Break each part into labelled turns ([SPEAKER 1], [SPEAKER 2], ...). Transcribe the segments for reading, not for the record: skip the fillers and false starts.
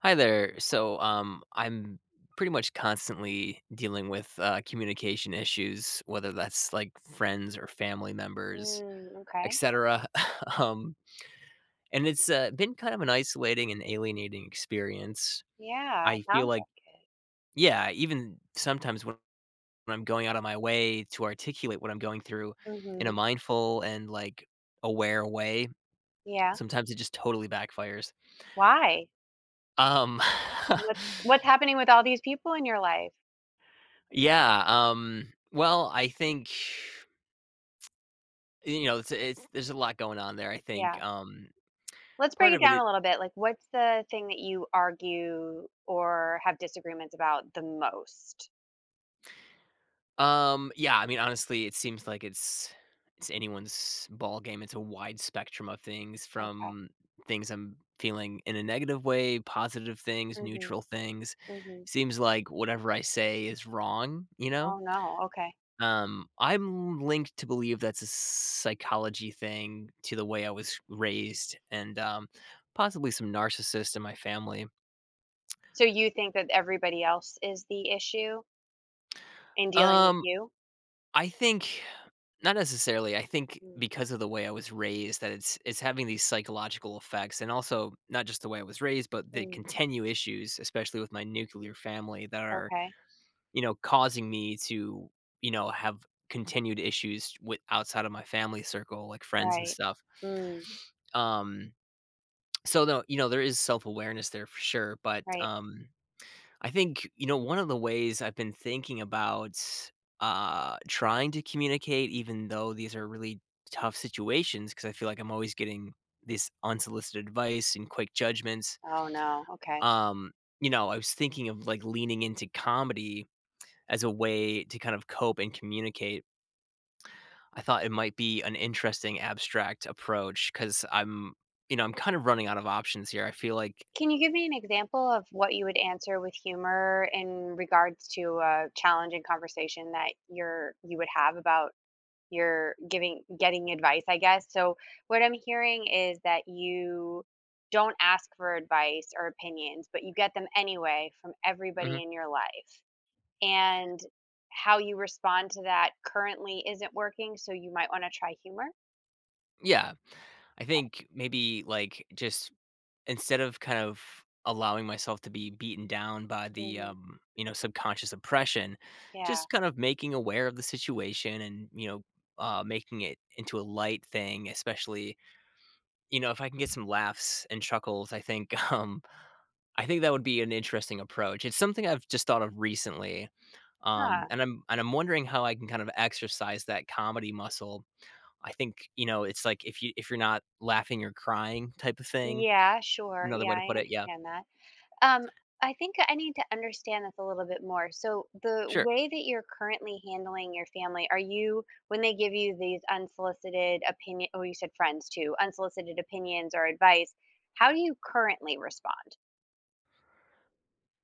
[SPEAKER 1] Hi there. I'm pretty much constantly dealing with communication issues, whether that's like friends or family members,
[SPEAKER 2] Mm, okay.
[SPEAKER 1] etc. um, and it's been kind of an isolating and alienating experience.
[SPEAKER 2] Yeah,
[SPEAKER 1] I feel
[SPEAKER 2] sounds
[SPEAKER 1] like,
[SPEAKER 2] like it.
[SPEAKER 1] yeah, even sometimes when I'm going out of my way to articulate what I'm going through in a
[SPEAKER 2] Mm-hmm.
[SPEAKER 1] mindful and like aware way,
[SPEAKER 2] Yeah.
[SPEAKER 1] sometimes it just totally backfires.
[SPEAKER 2] Why?
[SPEAKER 1] Um,
[SPEAKER 2] What's happening with all these people in your life?
[SPEAKER 1] I think, you know, it's there's a lot going on there,
[SPEAKER 2] Yeah. Let's break
[SPEAKER 1] part
[SPEAKER 2] it
[SPEAKER 1] of
[SPEAKER 2] down a
[SPEAKER 1] it
[SPEAKER 2] little bit. Like, what's the thing that you argue or have disagreements about the most?
[SPEAKER 1] um, Yeah, I mean, honestly, it seems like it's anyone's ball game. It's a wide spectrum of things
[SPEAKER 2] Okay.
[SPEAKER 1] from things I'm feeling in a negative way, positive things,
[SPEAKER 2] Hmm.
[SPEAKER 1] neutral things.
[SPEAKER 2] Hmm.
[SPEAKER 1] Seems like whatever I say is wrong,
[SPEAKER 2] Oh no. Okay.
[SPEAKER 1] I'm linked to believe that's a psychology thing to the way I was raised and, possibly some narcissist in my family.
[SPEAKER 2] So you think that everybody else is the issue in dealing with
[SPEAKER 1] Um,
[SPEAKER 2] you?
[SPEAKER 1] I think not necessarily. I think
[SPEAKER 2] Mm.
[SPEAKER 1] because of the way I was raised that it's having these psychological effects and also not just the way I was raised, but the
[SPEAKER 2] Mm.
[SPEAKER 1] continue issues, especially with my nuclear family that are,
[SPEAKER 2] Okay.
[SPEAKER 1] causing me to, have continued issues with outside of my family circle, like friends and
[SPEAKER 2] Right.
[SPEAKER 1] stuff.
[SPEAKER 2] Mm.
[SPEAKER 1] Um, so though, there is self-awareness there for sure, but
[SPEAKER 2] Right.
[SPEAKER 1] I think, one of the ways I've been thinking about trying to communicate even though these are really tough situations because I feel like I'm always getting this unsolicited advice and quick judgments.
[SPEAKER 2] Oh no. Okay.
[SPEAKER 1] Um, I was thinking of like leaning into comedy as a way to kind of cope and communicate. I thought it might be an interesting abstract approach because I'm kind of running out of options here. I feel like,
[SPEAKER 2] Can you give me an example of what you would answer with humor in regards to a challenging conversation that you would have about your giving getting advice, I guess? So what I'm hearing is that you don't ask for advice or opinions, but you get them anyway from everybody
[SPEAKER 1] mhm,
[SPEAKER 2] in your life. And how you respond to that currently isn't working, so you might want to try humor.
[SPEAKER 1] yeah, I think maybe like just instead of kind of allowing myself to be beaten down by the
[SPEAKER 2] Mhm.
[SPEAKER 1] subconscious oppression,
[SPEAKER 2] Yeah.
[SPEAKER 1] just kind of making aware of the situation, and making it into a light thing, especially if I can get some laughs and chuckles, I think. I think that would be an interesting approach. It's something I've just thought of recently,
[SPEAKER 2] Huh.
[SPEAKER 1] and I'm wondering how I can kind of exercise that comedy muscle. I think it's like if you're not laughing, you're crying type of thing.
[SPEAKER 2] Yeah, sure.
[SPEAKER 1] Another
[SPEAKER 2] Yeah,
[SPEAKER 1] way to
[SPEAKER 2] I
[SPEAKER 1] put it, yeah,
[SPEAKER 2] understand that. Um, I think I need to understand this a little bit more. So, the
[SPEAKER 1] sure.
[SPEAKER 2] way that you're currently handling your family, are you, when they give you these unsolicited opinion, oh, you said friends too, unsolicited opinions or advice, how do you currently respond?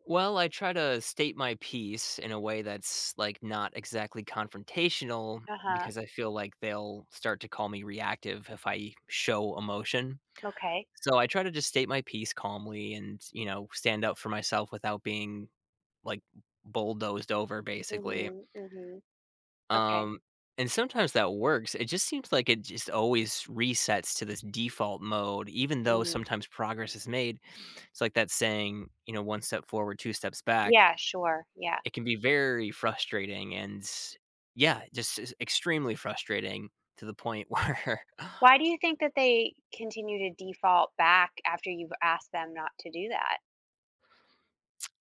[SPEAKER 1] Well, I try to state my piece in a way that's like not exactly confrontational
[SPEAKER 2] Uh huh.
[SPEAKER 1] because I feel like they'll start to call me reactive if I show emotion.
[SPEAKER 2] Okay.
[SPEAKER 1] So I try to just state my piece calmly and, stand up for myself without being like, bulldozed over, basically,
[SPEAKER 2] Mm-hmm. Mm-hmm. Okay.
[SPEAKER 1] um, and sometimes that works, it just seems like it just always resets to this default mode, even though
[SPEAKER 2] Mm.
[SPEAKER 1] sometimes progress is made. It's like that saying, you know, "one step forward, two steps back."
[SPEAKER 2] Yeah, sure. Yeah.
[SPEAKER 1] It can be very frustrating and yeah, just extremely frustrating to the point where.
[SPEAKER 2] Why do you think that they continue to default back after you've asked them not to do that?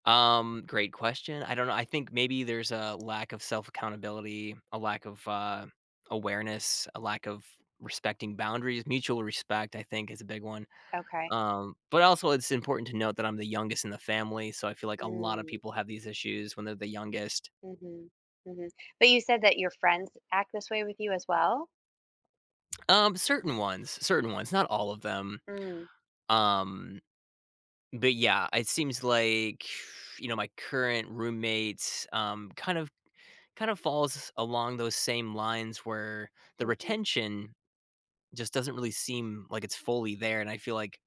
[SPEAKER 1] Great question. I don't know. I think maybe there's a lack of self accountability, a lack of awareness, a lack of respecting boundaries. Mutual respect, I think, is a big one.
[SPEAKER 2] Okay.
[SPEAKER 1] But also, it's important to note that I'm the youngest in the family, so I feel like a lot of
[SPEAKER 2] Mm.
[SPEAKER 1] people have these issues when they're the youngest.
[SPEAKER 2] Mhm, mhm. But you said that your friends act this way with you as well?
[SPEAKER 1] Certain ones, not all of them.
[SPEAKER 2] Mm,
[SPEAKER 1] Um, but yeah, it seems like my current roommates kind of falls along those same lines where the
[SPEAKER 2] mhm.
[SPEAKER 1] retention just doesn't really seem like it's fully there, and I feel like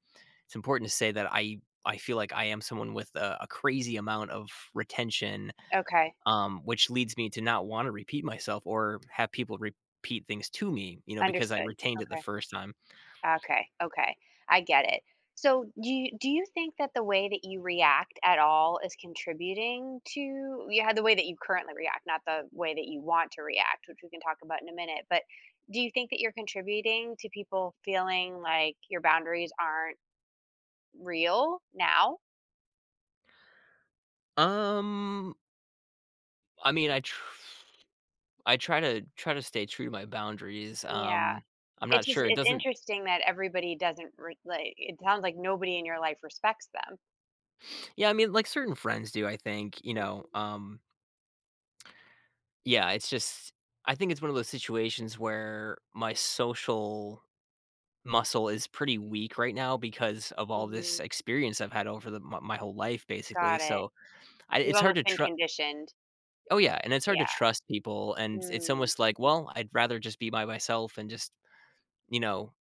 [SPEAKER 1] it's important to say that I feel like I am someone with a crazy amount of retention,
[SPEAKER 2] Okay,
[SPEAKER 1] which leads me to not want to repeat myself or have people repeat things to me, you know, because I
[SPEAKER 2] understood.
[SPEAKER 1] retained it the
[SPEAKER 2] Okay.
[SPEAKER 1] first time.
[SPEAKER 2] Okay, okay. I get it. So, do you think that the way that you react at all is contributing to you had the way that you currently react, not the way that you want to react, which we can talk about in a minute, but do you think that you're contributing to people feeling like your boundaries aren't real now?
[SPEAKER 1] Um, I mean, I try to stay true to my boundaries,
[SPEAKER 2] Yeah.
[SPEAKER 1] I'm
[SPEAKER 2] It's
[SPEAKER 1] not
[SPEAKER 2] just
[SPEAKER 1] sure, it
[SPEAKER 2] it's
[SPEAKER 1] doesn't.
[SPEAKER 2] interesting that everybody doesn't re like, it sounds like nobody in your life respects them.
[SPEAKER 1] Yeah, I mean, like, certain friends do, I think,
[SPEAKER 2] Mhm,
[SPEAKER 1] yeah, it's just I think it's one of those situations where my social muscle is pretty weak right now because of all this
[SPEAKER 2] mhm.
[SPEAKER 1] experience I've had over the my my whole life, basically,
[SPEAKER 2] Got it.
[SPEAKER 1] so, I
[SPEAKER 2] You've
[SPEAKER 1] it's hard
[SPEAKER 2] almost
[SPEAKER 1] to
[SPEAKER 2] been
[SPEAKER 1] trust.
[SPEAKER 2] conditioned.
[SPEAKER 1] Oh, yeah, and it's hard to
[SPEAKER 2] Yeah.
[SPEAKER 1] trust people, and it's
[SPEAKER 2] Mm,
[SPEAKER 1] almost like,
[SPEAKER 2] mhm,
[SPEAKER 1] well, I'd rather just be by myself and just, you know,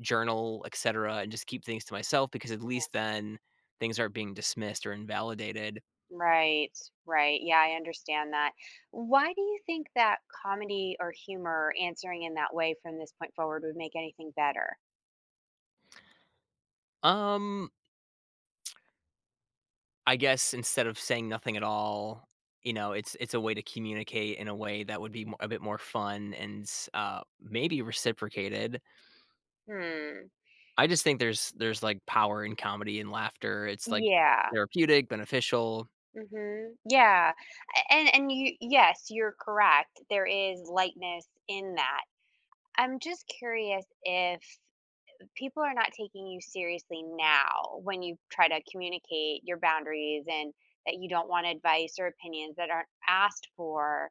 [SPEAKER 1] journal, etc., and just keep things to myself because at
[SPEAKER 2] yeah.
[SPEAKER 1] least then things aren't being dismissed or invalidated.
[SPEAKER 2] Right, right. Yeah, I understand that. Why do you think that comedy or humor answering in that way from this point forward would make anything better?
[SPEAKER 1] Um, I guess instead of saying nothing at all, you know, it's a way to communicate in a way that would be a bit more fun and maybe reciprocated.
[SPEAKER 2] Hmm.
[SPEAKER 1] I just think there's like power in comedy and laughter. It's like
[SPEAKER 2] Yeah.
[SPEAKER 1] therapeutic, beneficial.
[SPEAKER 2] Mhm. Yeah. A and you yes, you're correct. There is lightness in that. I'm just curious if people are not taking you seriously now when you try to communicate your boundaries and that you don't want advice or opinions that aren't asked for.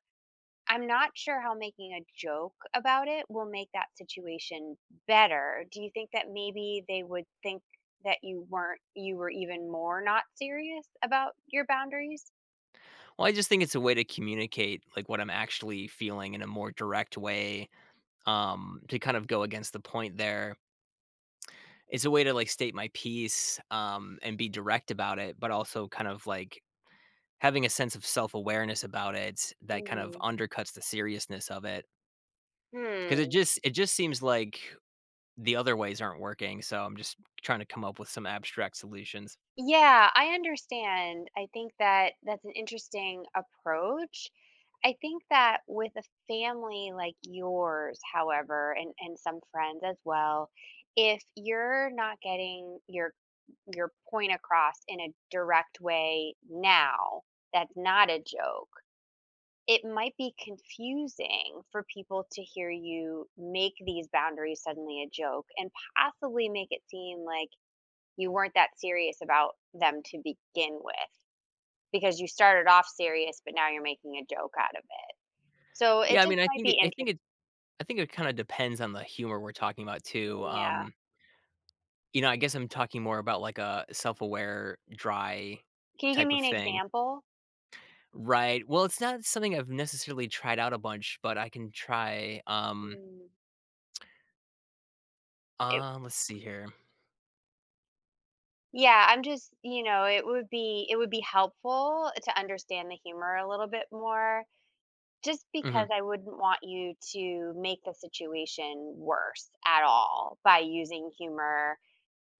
[SPEAKER 2] I'm not sure how making a joke about it will make that situation better. Do you think that maybe they would think that you were even more not serious about your boundaries?
[SPEAKER 1] Well, I just think it's a way to communicate like what I'm actually feeling in a more direct way, to kind of go against the point there. It's a way to, like, state my piece, and be direct about it, but also kind of, like, having a sense of self-awareness about it that kind of
[SPEAKER 2] Mhm.
[SPEAKER 1] undercuts the seriousness of it because it
[SPEAKER 2] Hmm.
[SPEAKER 1] just it just seems like the other ways aren't working, so I'm just trying to come up with some abstract solutions.
[SPEAKER 2] Yeah, I understand. I think that that's an interesting approach. I think that with a family like yours, however, and some friends as well, if you're not getting your point across in a direct way now, that's not a joke. It might be confusing for people to hear you make these boundaries suddenly a joke and possibly make it seem like you weren't that serious about them to begin with because you started off serious, but now you're making a joke out of it. So it
[SPEAKER 1] Yeah, I
[SPEAKER 2] just
[SPEAKER 1] mean, I
[SPEAKER 2] might
[SPEAKER 1] think
[SPEAKER 2] be
[SPEAKER 1] it I
[SPEAKER 2] interesting.
[SPEAKER 1] think it I think it kinda depends on the humor we're talking about too,
[SPEAKER 2] Yeah.
[SPEAKER 1] I guess I'm talking more about, like, a self-aware, dry
[SPEAKER 2] Can you give
[SPEAKER 1] type
[SPEAKER 2] me
[SPEAKER 1] of
[SPEAKER 2] an
[SPEAKER 1] thing.
[SPEAKER 2] example?
[SPEAKER 1] Right. Well, it's not something I've necessarily tried out a bunch, but I can try,
[SPEAKER 2] Mm. It,
[SPEAKER 1] let's see here.
[SPEAKER 2] yeah, I'm just, it would be helpful to understand the humor a little bit more just because
[SPEAKER 1] Mhm,
[SPEAKER 2] I wouldn't want you to make the situation worse at all by using humor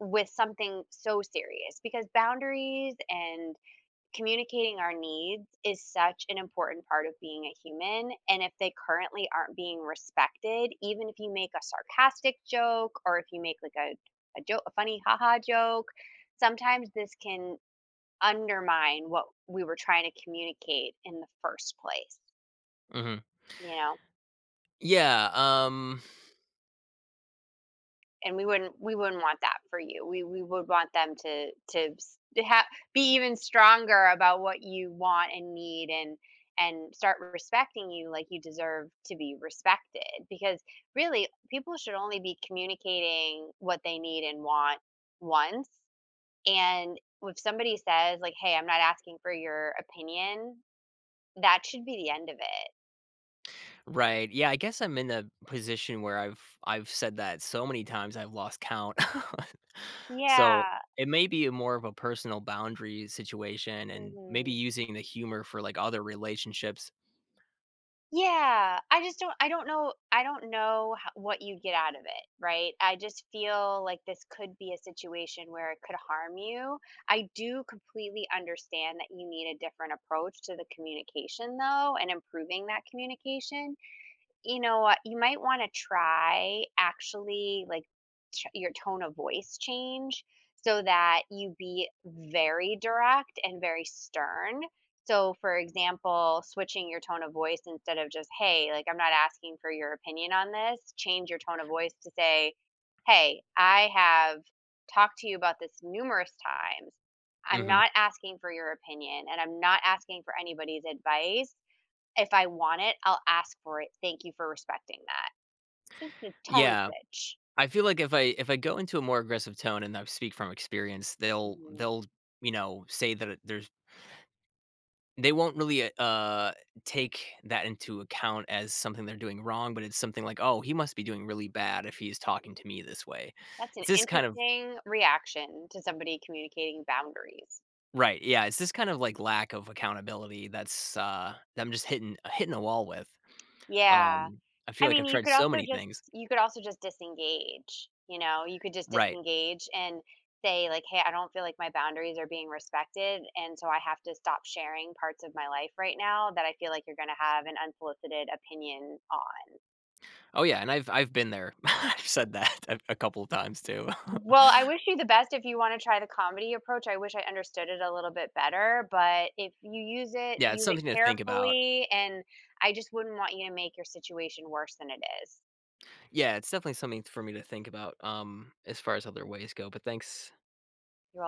[SPEAKER 2] with something so serious because boundaries and communicating our needs is such an important part of being a human. And if they currently aren't being respected, even if you make a sarcastic joke or if you make a joke, a funny haha joke, sometimes this can undermine what we were trying to communicate in the first place,
[SPEAKER 1] mhm.
[SPEAKER 2] you know?
[SPEAKER 1] Yeah, um,
[SPEAKER 2] And we wouldn't want that for you. We would want them to have be even stronger about what you want and need and start respecting you like you deserve to be respected, because really people should only be communicating what they need and want once, and if somebody says like, "Hey, I'm not asking for your opinion," that should be the end of it.
[SPEAKER 1] right. Yeah, I guess I'm in a position where I've said that so many times I've lost count. So,
[SPEAKER 2] Yeah.
[SPEAKER 1] it may be a more of a personal boundary situation and maybe
[SPEAKER 2] Hmm.
[SPEAKER 1] using the humor for, like, other relationships.
[SPEAKER 2] Yeah, I just don't I don't know ho what you get out of it, right? I just feel like this could be a situation where it could harm you. I do completely understand that you need a different approach to the communication though and improving that communication. You know what? You might wanna try actually, like, ch your tone of voice change so that you be very direct and very stern. So, for example, switching your tone of voice instead of just, "Hey, like, I'm not asking for your opinion on this," change your tone of voice to say, "Hey, I have talked to you about this numerous times. I'm
[SPEAKER 1] Mhm.
[SPEAKER 2] not asking for your opinion, and I'm not asking for anybody's advice. If I want it, I'll ask for it. Thank you for respecting that. Just a tone
[SPEAKER 1] Yeah.
[SPEAKER 2] switch."
[SPEAKER 1] I feel like if I go into a more aggressive tone and I speak from experience, they'll
[SPEAKER 2] Mhm.
[SPEAKER 1] they'll, you know, say that there's. They won't really, take that into account as something they're doing wrong, but it's something like, "Oh, he must be doing really bad if he's talking to me this way."
[SPEAKER 2] That's an
[SPEAKER 1] It's this kind of
[SPEAKER 2] interesting reaction to somebody communicating boundaries.
[SPEAKER 1] Right, yeah, it's this kind of, like, lack of accountability that's, that I'm just hitting a wall with.
[SPEAKER 2] Yeah.
[SPEAKER 1] Um, I
[SPEAKER 2] I
[SPEAKER 1] feel like
[SPEAKER 2] mean,
[SPEAKER 1] I've
[SPEAKER 2] you
[SPEAKER 1] tried
[SPEAKER 2] could
[SPEAKER 1] so
[SPEAKER 2] also
[SPEAKER 1] many
[SPEAKER 2] just
[SPEAKER 1] things.
[SPEAKER 2] you could also just disengage, you know? You could just
[SPEAKER 1] Right.
[SPEAKER 2] disengage and say like, "Hey, I don't feel like my boundaries are being respected, and so I have to stop sharing parts of my life right now that I feel like you're going to have an unsolicited opinion on."
[SPEAKER 1] Oh, yeah, and I've been there. I've said that a couple of times too.
[SPEAKER 2] Well, I wish you the best. If you wanna try the comedy approach, I wish I understood it a little bit better, but if you
[SPEAKER 1] Yeah, it's
[SPEAKER 2] use it
[SPEAKER 1] something to think about.
[SPEAKER 2] carefully, and I just wouldn't want you to make your situation worse than it is.
[SPEAKER 1] Yeah, it's definitely something for me to think about, as far as other ways go, but thanks
[SPEAKER 2] You're